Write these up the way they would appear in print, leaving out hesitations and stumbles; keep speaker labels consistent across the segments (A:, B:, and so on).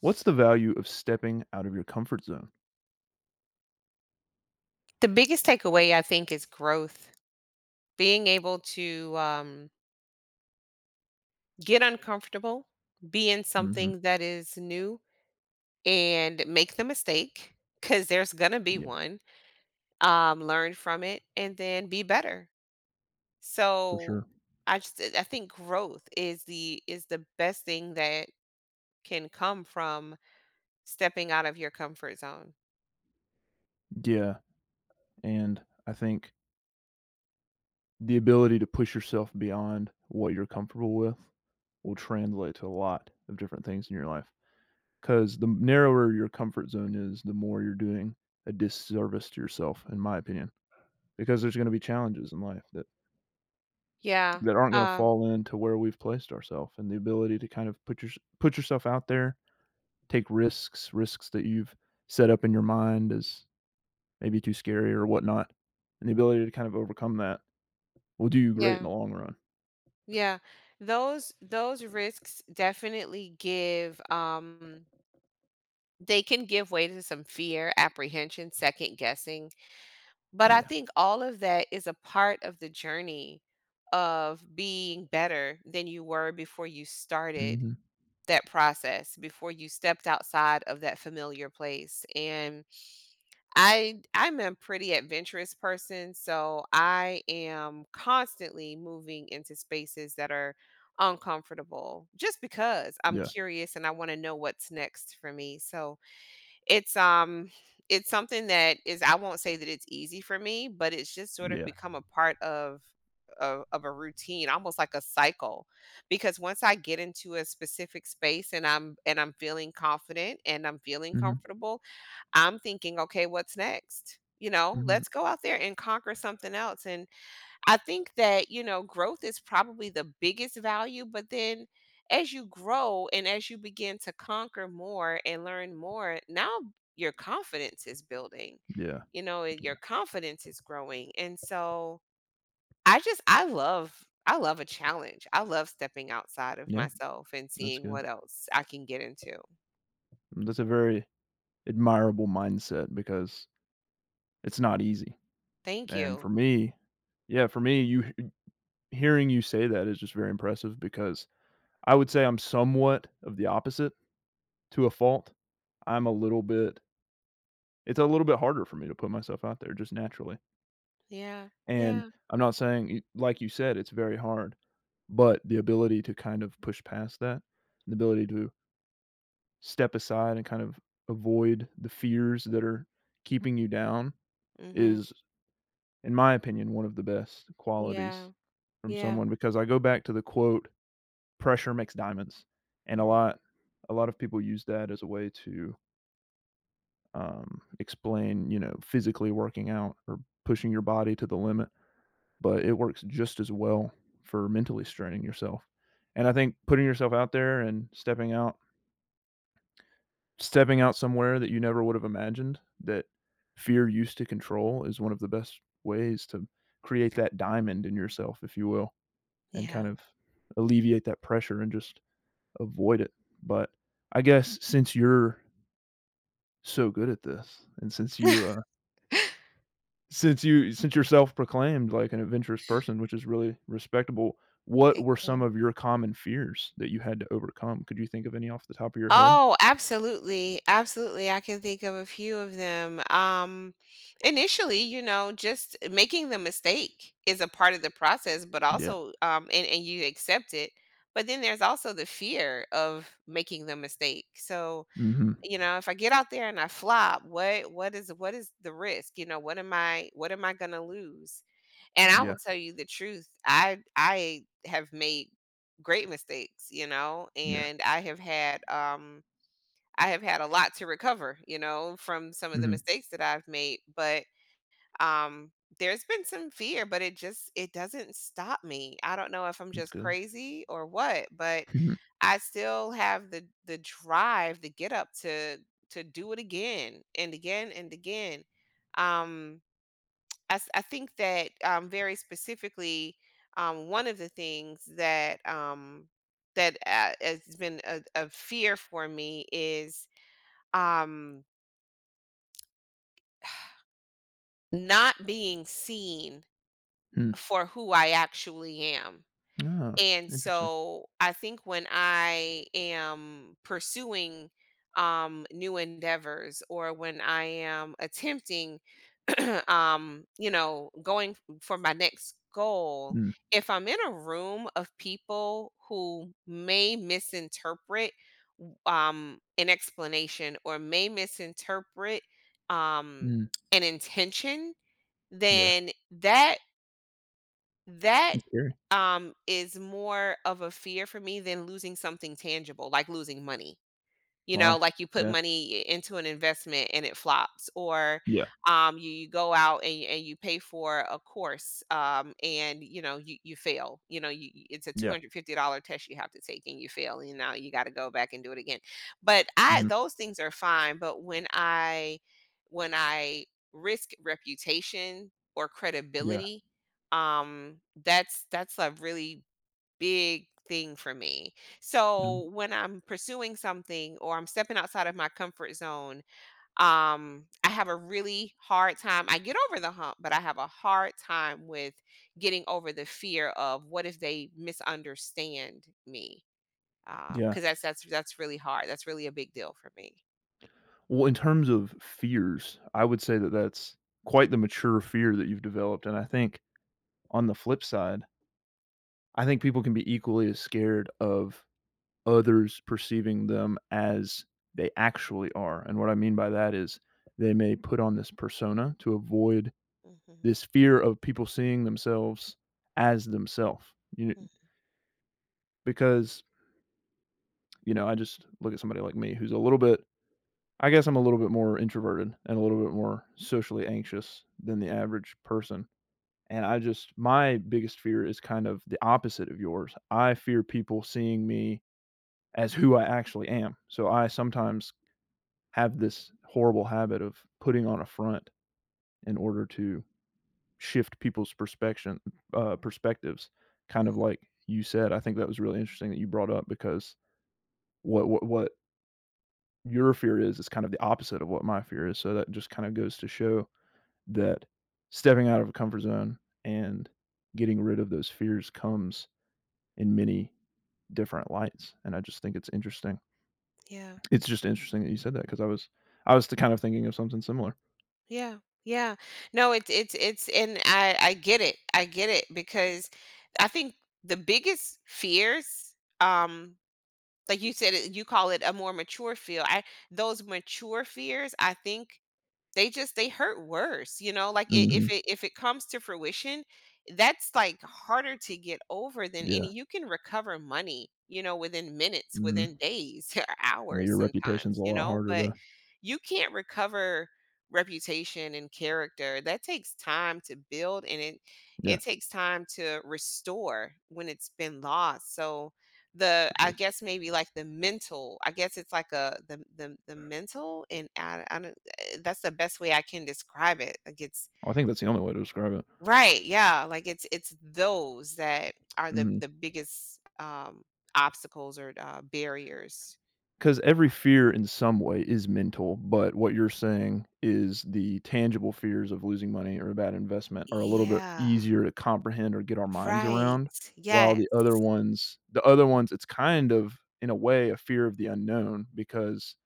A: What's the value of stepping out of your comfort zone?
B: The biggest takeaway, I think, is growth. Being able to get uncomfortable, be in
A: Mhm.
B: something that is new, and make the mistake because there's going to be
A: Yeah,
B: one, learn from it, and then be better.
A: for
B: So
A: sure.
B: I think growth is the best thing that can come from stepping out of your comfort zone.
A: Yeah, and I think the ability to push yourself beyond what you're comfortable with will translate to a lot of different things in your life. Because the narrower your comfort zone is, the more you're doing a disservice to yourself, in my opinion, because there's gonna be challenges in life that
B: Yeah.
A: aren't gonna
B: Um
A: fall into where we've placed ourselves. And the ability to kind of put yourself out there, take risks that you've set up in your mind as maybe too scary or whatnot, and the ability to kind of overcome that will do you great in
B: yeah.
A: the long run.
B: Yeah. Those risks definitely give. They can give way to some fear, apprehension, second guessing, but I
A: Yeah.
B: think all of that is a part of the journey of being better than you were before you started
A: Mhm.
B: that process, before you stepped outside of that familiar place. And I'm a pretty adventurous person, so I am constantly moving into spaces that are uncomfortable just because I'm
A: Yeah.
B: curious and I want to know what's next for me. So it's, um it's something that is I won't say that it's easy for me, but it's just sort of
A: Yeah.
B: become a part of a routine, almost like a cycle. Because once I get into a specific space and I'm feeling confident and I'm feeling
A: Mhm.
B: comfortable, I'm thinking, okay, what's next? You know,
A: Mhm.
B: let's go out there and conquer something else. And I think that, you know, growth is probably the biggest value, but then as you grow and as you begin to conquer more and learn more, now your confidence is building,
A: Yeah.
B: you know, and your confidence is growing. And so I love a challenge. I love stepping outside of
A: Yeah.
B: myself and
A: That's
B: seeing
A: good.
B: what else I can get into.
A: That's a very admirable mindset because it's not easy.
B: Thank
A: And for
B: you.
A: me, yeah, for me, you h hearing you say that is just very impressive because I would say I'm somewhat of the opposite to a fault. I'm a little bit It's a little bit harder for me to put myself out there just naturally.
B: Yeah.
A: And
B: Yeah.
A: I'm not saying, y like you said, it's very hard. But the ability to kind of push past that, the ability to step aside and kind of avoid the fears that are keeping you down
B: Hmm.
A: is, in my opinion, one of the best qualities
B: Yeah.
A: from
B: Yeah.
A: someone because I go back to the quote, "Pressure makes diamonds," and
B: Hmm.
A: a lot of people use that as a way to, explain, you know, physically working out or pushing your body to the limit, but it works just as well for mentally straining yourself, and I think putting yourself out there and stepping out somewhere that you never would have imagined that fear used to control is one of the best ways to create that diamond in yourself, if you will, and kind
B: Yeah.
A: of alleviate that pressure and just avoid it. But I guess since you're so good at this and since you're self-proclaimed like an adventurous person, which is really respectable, what
B: Thank
A: were some
B: you.
A: of your common fears that you had to overcome? Could you think of any off the top of your head?
B: Oh, absolutely. Absolutely. I can think of a few of them. Initially, you know, just making the mistake is a part of the process, but
A: Yeah.
B: also, and you accept it. But then there's also the fear of making the mistake. So,
A: Mhm.
B: you know, if I get out there and I flop, what is the risk? You know, what am I gonna lose? And I
A: Yeah.
B: will tell you the truth. I have made great mistakes, you know,
A: Yeah.
B: and I have had a lot to recover, you know, from some of the
A: Mhm.
B: mistakes that I've made. But um, there's been some fear, but it doesn't stop me. I don't know if I'm
A: That's
B: just
A: good.
B: crazy or what, but
A: Mhm.
B: I still have the drive, the get up to do it again and again and again. Um, I think that, very specifically, one of the things that has been a fear for me is, um not being seen
A: Mm.
B: for who I actually am.
A: Oh,
B: And
A: interesting.
B: so I think when I am pursuing new endeavors or when I am attempting going for my next goal,
A: Mm.
B: if I'm in a room of people who may misinterpret an explanation or may misinterpret um
A: Mm,
B: an intention,
A: yeah.
B: then that that
A: It's scary.
B: um is more of a fear for me than losing something tangible, like losing money. You know,
A: Wow.
B: like you put
A: Yeah.
B: money into an investment and it flops, or
A: Yeah.
B: you go out and you pay for a course, and, you know, you fail. You know, it's a two
A: Yeah.
B: hundred fifty dollar test you have to take and you fail, and now you got to go back and do it again. But I
A: Mhm.
B: those things are fine. But when I risk reputation or
A: Yeah.
B: credibility, that's a really big thing for me.
A: Mm,
B: So when I'm pursuing something or I'm stepping outside of my comfort zone, I have a really hard time. I get over the hump, but I have a hard time with getting over the fear of what if they misunderstand me, 'cause
A: yeah.
B: because that's really hard. That's really a big deal for me.
A: Well, in terms of fears, I would say that that's quite the mature fear that you've developed, and I think on the flip side, I think people can be equally as scared of others perceiving them as they actually are, and what I mean by that is they may put on this persona to avoid
B: Mhm.
A: this fear of people seeing themselves as themselves. You
B: Mm,
A: Because, I just look at somebody like me who's a little bit I guess I'm a little bit more introverted and a little bit more socially anxious than the average person, and I just my biggest fear is kind of the opposite of yours. I fear people seeing me as who I actually am, so I sometimes have this horrible habit of putting on a front in order to shift people's perspection perspectives, kind of
B: mhm.
A: like you said. I think that was really interesting that you brought up because what your fear is kind of the opposite of what my fear is, so that just kind of goes to show that stepping out of a comfort zone and getting rid of those fears comes in many different lights, and I just think it's interesting.
B: Yeah.
A: It's just interesting that you said that because I was the kind of thinking of something similar.
B: Yeah, yeah. No, it's and I get it. I get it because I think the biggest fears, um, like you said, you call it a more mature fear. I Those mature fears, I think they just they hurt worse, you know, like, I
A: Mhm.
B: if it comes to fruition, that's, like, harder to get over than
A: Yeah.
B: any. You can recover money, you know, within minutes,
A: Mhm.
B: within days or
A: Yeah,
B: hours
A: your reputation's
B: sometimes,
A: a
B: you
A: lot
B: know,
A: harder
B: but
A: though.
B: you can't recover reputation and character. That takes time to build, and it
A: Yeah,
B: it takes time to restore when it's been lost. So the
A: for
B: I
A: sure.
B: guess maybe, like, the mental. I guess it's like a the mental, and I don't. That's the best way I can describe it. Like it's
A: I think that's the only way to describe it.
B: right, yeah. Like it's those that are the
A: Mhm.
B: the biggest obstacles or barriers.
A: Because every fear in some way is mental, but what you're saying is the tangible fears of losing money or a bad investment are a little bit
B: Yeah.
A: easier to comprehend or get our minds
B: Right.
A: around, while
B: Yes.
A: the other ones, it's kind of in a way a fear of the unknown because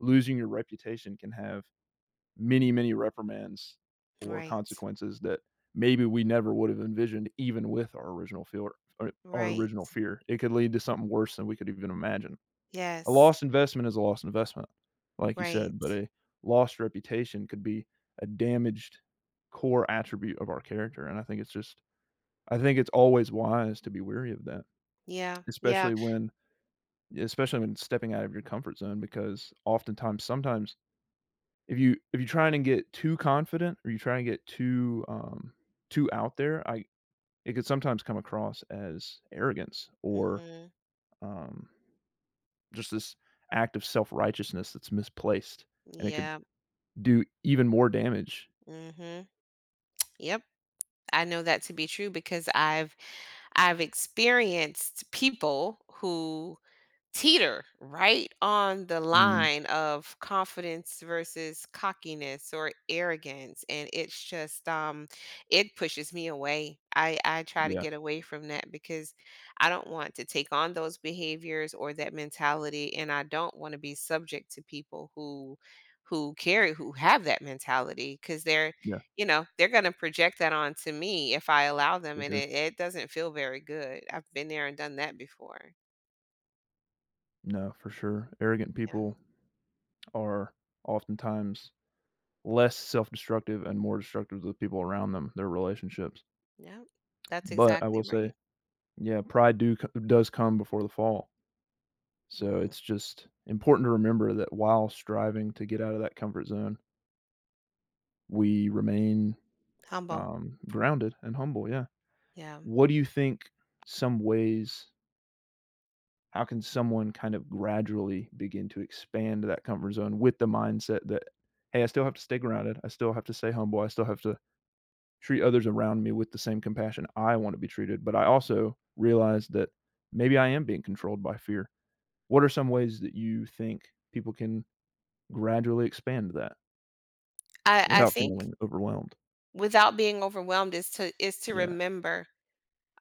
A: losing your reputation can have many, many reprimands or
B: Right.
A: consequences that maybe we never would have envisioned, even with our original fear,
B: Right.
A: It could lead to something worse than we could even imagine. A
B: Yes.
A: lost investment is a lost investment, like you said, but
B: Right.
A: a lost reputation could be a damaged core attribute of our character, and I think it's just I think it's always wise to be wary of that,
B: Yeah. Yeah.
A: especially when especially when stepping out of your comfort zone because oftentimes sometimes if you try and get too confident or you try and get too, too out there, I it could sometimes come across as arrogance or,
B: Mm-hmm.
A: um, just this act of self-righteousness that's misplaced, and it could
B: Yeah.
A: do even more damage.
B: Mm-hmm. Yep. I know that to be true because I've experienced people who teeter right on the
A: Mm,
B: line of confidence versus cockiness or arrogance, and it's just it pushes me away. I try to
A: yeah,
B: get away from that because I don't want to take on those behaviors or that mentality, and I don't want to be subject to people who have that mentality, because they're
A: yeah,
B: you know they're going to project that onto me if I allow them,
A: for
B: and
A: sure.
B: it doesn't feel very good. I've been there and done that before.
A: No, for sure. Arrogant
B: Yeah.
A: people are oftentimes less self-destructive and more destructive to the people around them, their relationships.
B: Yeah, that's
A: But I will
B: exactly
A: say,
B: right.
A: yeah, pride do co does come before the fall. So
B: Mm,
A: it's just important to remember that while striving to get out of that comfort zone, we remain,
B: humble,
A: grounded and humble, yeah.
B: yeah.
A: What do you think some ways how can someone kind of gradually begin to expand that comfort zone with the mindset that hey, I still have to stay grounded, I still have to stay humble, I still have to treat others around me with the same compassion I want to be treated, but I also realize that maybe I am being controlled by fear? What are some ways that you think people can gradually expand that
B: I
A: without
B: think
A: feeling overwhelmed?
B: without being overwhelmed is to
A: Yeah.
B: remember,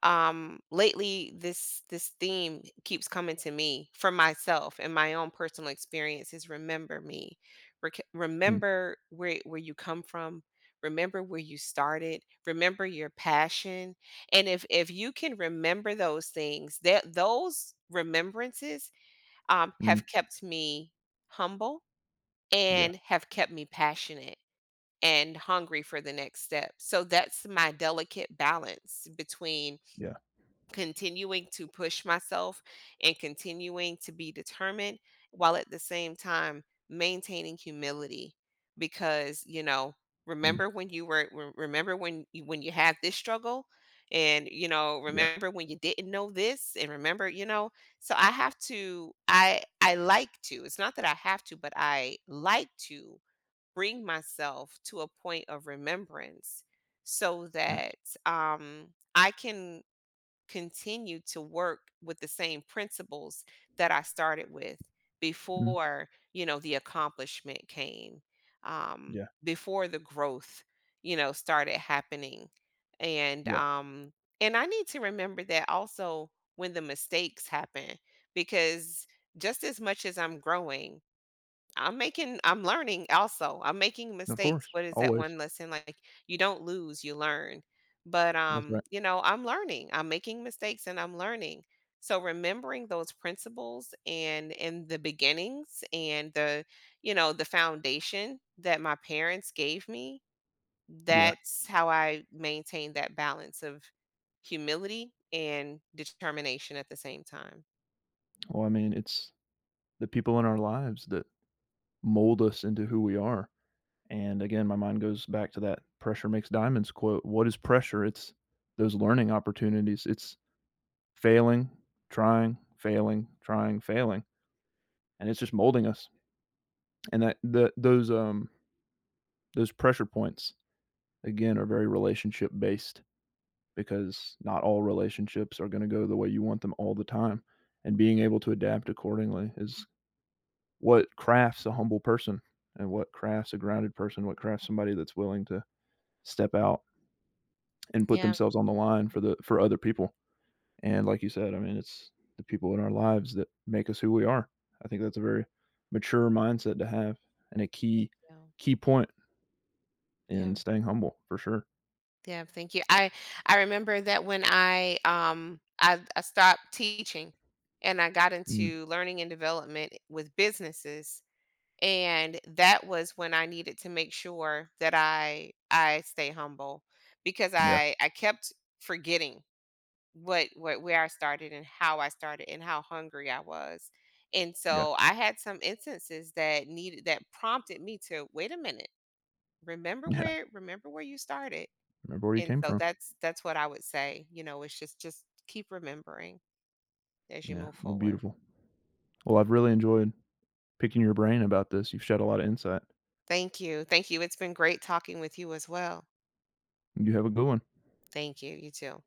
B: lately this theme keeps coming to me for myself and my own personal experience is remember me.
A: Mm.
B: Remember where you come from. Remember where you started. Remember your passion. And if you can remember those things, that, those remembrances,
A: Mm,
B: have kept me humble
A: yeah.
B: and have kept me passionate and hungry for the next step. So that's my delicate balance between
A: Yeah.
B: continuing to push myself and continuing to be determined while at the same time maintaining humility, because, you know,
A: Mm,
B: remember when you had this struggle, and, you know,
A: yeah.
B: remember when you didn't know this, and remember, you know. So I like to — it's not that I have to, but I like to bring myself to a point of remembrance so
A: Nice.
B: that, I can continue to work with the same principles that I started with
A: Mm,
B: before, you know, the accomplishment came,
A: yeah.
B: before the growth, you know, started happening. And
A: Yeah.
B: um, and I need to remember that also when the mistakes happen, because just as much as I'm growing, I'm learning also. I'm making
A: Of course.
B: mistakes. What is that
A: Always.
B: one lesson? Like, you don't lose, you learn. But
A: That's right.
B: I'm learning. I'm making mistakes and I'm learning. So remembering those principles and in the beginnings and the foundation that my parents gave me,
A: Yeah,
B: that's how I maintain that balance of humility and determination at the same time.
A: well, I mean, it's the people in our lives that mold us into who we are. And again, my mind goes back to that pressure makes diamonds quote. What is pressure? It's those learning opportunities. It's failing, trying, failing, trying, failing. And it's just molding us. And that the those pressure points again are very relationship based because not all relationships are going to go the way you want them all the time. And being able to adapt accordingly is what crafts a humble person and what crafts a grounded person, what crafts somebody that's willing to step out and put
B: Yeah.
A: themselves on the line for the for other people. And like you said, I mean, it's the people in our lives that make us who we are. I think that's a very mature mindset to have and a
B: Thank you.
A: key point
B: Yeah.
A: in staying humble for sure.
B: Yeah, thank you. I remember that when I stopped teaching and I got
A: Mm,
B: into learning and development with businesses, and that was when I needed to make sure that I stay humble, because
A: yeah,
B: I kept forgetting what where I started and how I started and how hungry I was. And
A: yeah,
B: so I had some instances that prompted me to wait a minute. Remember
A: yeah.
B: where you started.
A: Remember where you
B: And
A: came
B: so
A: from.
B: that's what I would say, you know, it's just keep remembering as you
A: Yeah,
B: move
A: well,
B: forward.
A: beautiful. Well,
B: Yeah.
A: I've really enjoyed picking your brain about this. You've shed a lot of insight.
B: Thank you. Thank you. It's been great talking with you as well.
A: You have a good one.
B: Thank you. You too.